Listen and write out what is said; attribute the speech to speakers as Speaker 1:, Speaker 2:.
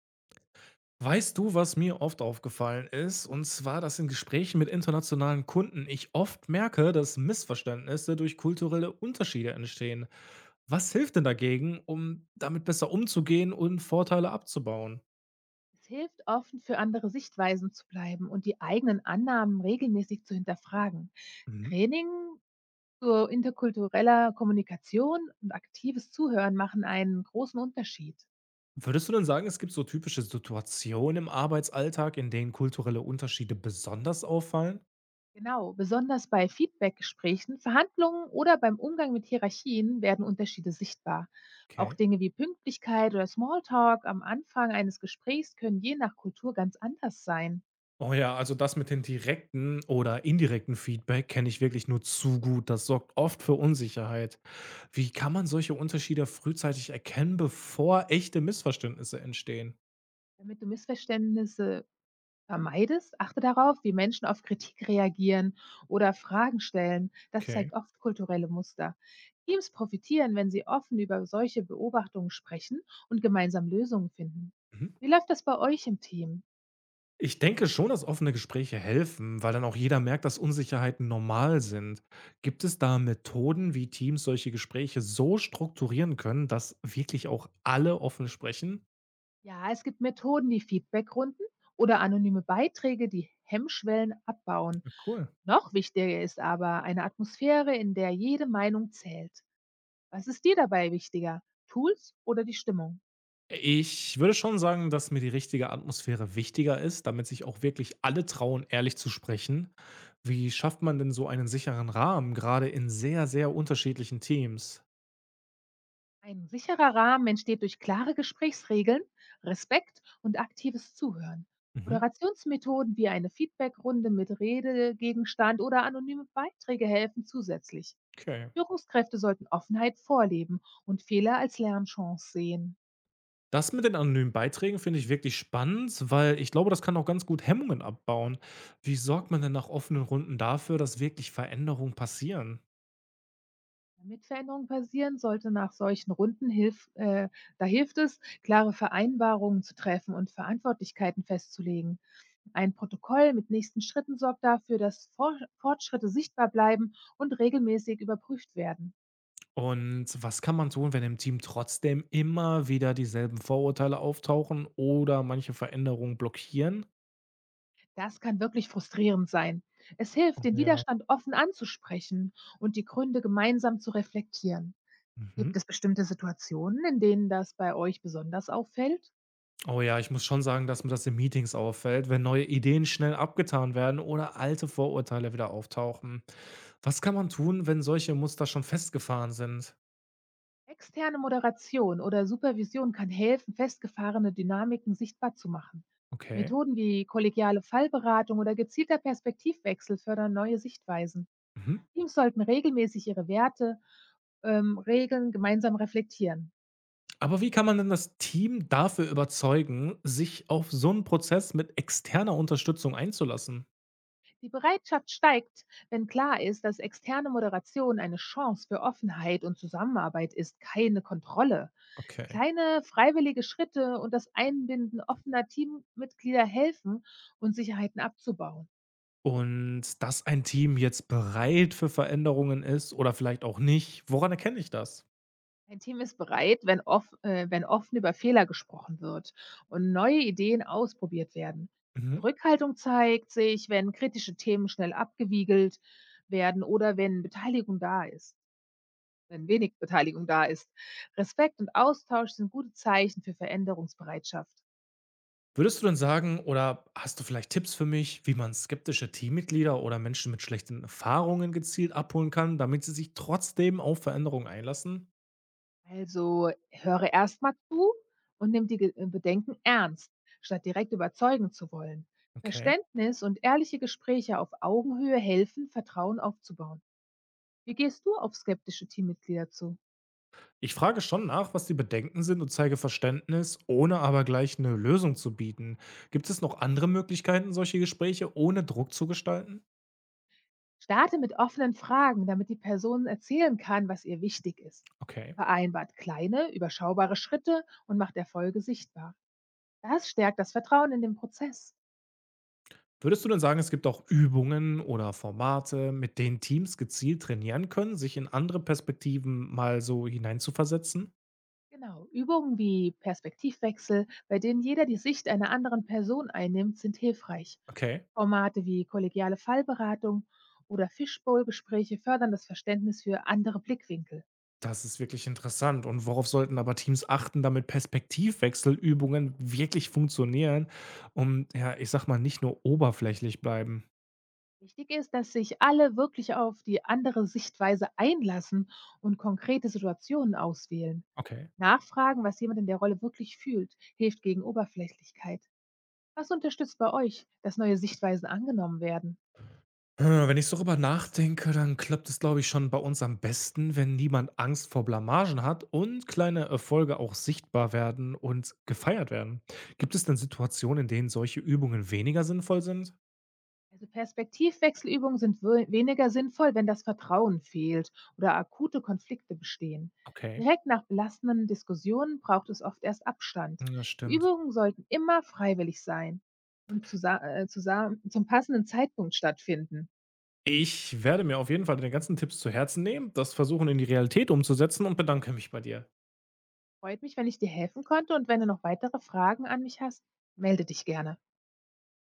Speaker 1: Weißt du, was mir oft aufgefallen ist? Und zwar, dass in Gesprächen mit internationalen Kunden ich oft merke, dass Missverständnisse durch kulturelle Unterschiede entstehen. Was hilft denn dagegen, um damit besser umzugehen und Vorteile abzubauen?
Speaker 2: Es hilft, offen für andere Sichtweisen zu bleiben und die eigenen Annahmen regelmäßig zu hinterfragen.
Speaker 1: Mhm.
Speaker 2: Training zur interkultureller Kommunikation und aktives Zuhören machen einen großen Unterschied.
Speaker 1: Würdest du denn sagen, es gibt so typische Situationen im Arbeitsalltag, in denen kulturelle Unterschiede besonders auffallen?
Speaker 2: Genau, besonders bei Feedbackgesprächen, Verhandlungen oder beim Umgang mit Hierarchien werden Unterschiede sichtbar. Auch
Speaker 1: Okay.
Speaker 2: Dinge wie Pünktlichkeit oder Smalltalk am Anfang eines Gesprächs können je nach Kultur ganz anders sein.
Speaker 1: Oh ja, also das mit den direkten oder indirekten Feedback kenne ich wirklich nur zu gut. Das sorgt oft für Unsicherheit. Wie kann man solche Unterschiede frühzeitig erkennen, bevor echte Missverständnisse entstehen?
Speaker 2: Damit du Missverständnisse vermeidest, achte darauf, wie Menschen auf Kritik reagieren oder Fragen stellen. Das
Speaker 1: Okay.
Speaker 2: zeigt oft kulturelle Muster. Teams profitieren, wenn sie offen über solche Beobachtungen sprechen und gemeinsam Lösungen finden.
Speaker 1: Mhm.
Speaker 2: Wie läuft das bei euch im Team?
Speaker 1: Ich denke schon, dass offene Gespräche helfen, weil dann auch jeder merkt, dass Unsicherheiten normal sind. Gibt es da Methoden, wie Teams solche Gespräche so strukturieren können, dass wirklich auch alle offen sprechen?
Speaker 2: Ja, es gibt Methoden, wie Feedbackrunden oder anonyme Beiträge, die Hemmschwellen abbauen.
Speaker 1: Ja, cool.
Speaker 2: Noch wichtiger ist aber eine Atmosphäre, in der jede Meinung zählt. Was ist dir dabei wichtiger? Tools oder die Stimmung?
Speaker 1: Ich würde schon sagen, dass mir die richtige Atmosphäre wichtiger ist, damit sich auch wirklich alle trauen, ehrlich zu sprechen. Wie schafft man denn so einen sicheren Rahmen, gerade in sehr, sehr unterschiedlichen Teams?
Speaker 2: Ein sicherer Rahmen entsteht durch klare Gesprächsregeln, Respekt und aktives Zuhören.
Speaker 1: Mhm.
Speaker 2: Moderationsmethoden wie eine Feedbackrunde mit Redegegenstand oder anonyme Beiträge helfen zusätzlich.
Speaker 1: Okay.
Speaker 2: Führungskräfte sollten Offenheit vorleben und Fehler als Lernchance sehen.
Speaker 1: Das mit den anonymen Beiträgen finde ich wirklich spannend, weil ich glaube, das kann auch ganz gut Hemmungen abbauen. Wie sorgt man denn nach offenen Runden dafür, dass wirklich Veränderungen passieren?
Speaker 2: Damit Veränderungen passieren, sollte nach solchen Runden hilf, da hilft es, klare Vereinbarungen zu treffen und Verantwortlichkeiten festzulegen. Ein Protokoll mit nächsten Schritten sorgt dafür, dass Fortschritte sichtbar bleiben und regelmäßig überprüft werden.
Speaker 1: Und was kann man tun, wenn im Team trotzdem immer wieder dieselben Vorurteile auftauchen oder manche Veränderungen blockieren?
Speaker 2: Das kann wirklich frustrierend sein. Es hilft, den
Speaker 1: Ja.
Speaker 2: Widerstand offen anzusprechen und die Gründe gemeinsam zu reflektieren. Gibt
Speaker 1: Mhm.
Speaker 2: es bestimmte Situationen, in denen das bei euch besonders auffällt?
Speaker 1: Oh ja, ich muss schon sagen, dass mir das in Meetings auffällt, wenn neue Ideen schnell abgetan werden oder alte Vorurteile wieder auftauchen. Was kann man tun, wenn solche Muster schon festgefahren sind?
Speaker 2: Externe Moderation oder Supervision kann helfen, festgefahrene Dynamiken sichtbar zu machen.
Speaker 1: Okay.
Speaker 2: Methoden wie kollegiale Fallberatung oder gezielter Perspektivwechsel fördern neue Sichtweisen.
Speaker 1: Mhm.
Speaker 2: Teams sollten regelmäßig ihre Werte, Regeln gemeinsam reflektieren.
Speaker 1: Aber wie kann man denn das Team dafür überzeugen, sich auf so einen Prozess mit externer Unterstützung einzulassen?
Speaker 2: Die Bereitschaft steigt, wenn klar ist, dass externe Moderation eine Chance für Offenheit und Zusammenarbeit ist, keine Kontrolle.
Speaker 1: Okay.
Speaker 2: Kleine freiwillige Schritte und das Einbinden offener Teammitglieder helfen, Unsicherheiten abzubauen.
Speaker 1: Und dass ein Team jetzt bereit für Veränderungen ist oder vielleicht auch nicht, woran erkenne ich das?
Speaker 2: Ein Team ist bereit, wenn offen über Fehler gesprochen wird und neue Ideen ausprobiert werden.
Speaker 1: Mhm.
Speaker 2: Rückhaltung zeigt sich, wenn kritische Themen schnell abgewiegelt werden oder wenn wenig Beteiligung da ist. Respekt und Austausch sind gute Zeichen für Veränderungsbereitschaft.
Speaker 1: Würdest du denn sagen oder hast du vielleicht Tipps für mich, wie man skeptische Teammitglieder oder Menschen mit schlechten Erfahrungen gezielt abholen kann, damit sie sich trotzdem auf Veränderungen einlassen?
Speaker 2: Also höre erstmal zu und nimm die Bedenken ernst, statt direkt überzeugen zu wollen.
Speaker 1: Okay.
Speaker 2: Verständnis und ehrliche Gespräche auf Augenhöhe helfen, Vertrauen aufzubauen. Wie gehst du auf skeptische Teammitglieder zu?
Speaker 1: Ich frage schon nach, was die Bedenken sind und zeige Verständnis, ohne aber gleich eine Lösung zu bieten. Gibt es noch andere Möglichkeiten, solche Gespräche ohne Druck zu gestalten?
Speaker 2: Starte mit offenen Fragen, damit die Person erzählen kann, was ihr wichtig ist.
Speaker 1: Okay.
Speaker 2: Vereinbart kleine, überschaubare Schritte und macht Erfolge sichtbar. Das stärkt das Vertrauen in den Prozess.
Speaker 1: Würdest du denn sagen, es gibt auch Übungen oder Formate, mit denen Teams gezielt trainieren können, sich in andere Perspektiven mal so hineinzuversetzen?
Speaker 2: Genau. Übungen wie Perspektivwechsel, bei denen jeder die Sicht einer anderen Person einnimmt, sind hilfreich.
Speaker 1: Okay.
Speaker 2: Formate wie kollegiale Fallberatung oder Fishbowl-Gespräche fördern das Verständnis für andere Blickwinkel.
Speaker 1: Das ist wirklich interessant. Und worauf sollten aber Teams achten, damit Perspektivwechselübungen wirklich funktionieren und ja, ich sag mal, nicht nur oberflächlich bleiben?
Speaker 2: Wichtig ist, dass sich alle wirklich auf die andere Sichtweise einlassen und konkrete Situationen auswählen.
Speaker 1: Okay.
Speaker 2: Nachfragen, was jemand in der Rolle wirklich fühlt, hilft gegen Oberflächlichkeit. Was unterstützt bei euch, dass neue Sichtweisen angenommen werden?
Speaker 1: Wenn ich so darüber nachdenke, dann klappt es, glaube ich, schon bei uns am besten, wenn niemand Angst vor Blamagen hat und kleine Erfolge auch sichtbar werden und gefeiert werden. Gibt es denn Situationen, in denen solche Übungen weniger sinnvoll sind?
Speaker 2: Also Perspektivwechselübungen sind weniger sinnvoll, wenn das Vertrauen fehlt oder akute Konflikte bestehen.
Speaker 1: Okay,
Speaker 2: Direkt nach belastenden Diskussionen braucht es oft erst Abstand.
Speaker 1: ja,
Speaker 2: Die
Speaker 1: stimmt.
Speaker 2: Übungen sollten immer freiwillig sein und zusammen zum passenden Zeitpunkt stattfinden.
Speaker 1: Ich werde mir auf jeden Fall deine ganzen Tipps zu Herzen nehmen, das versuchen in die Realität umzusetzen und bedanke mich bei dir.
Speaker 2: Freut mich, wenn ich dir helfen konnte, und wenn du noch weitere Fragen an mich hast, melde dich gerne.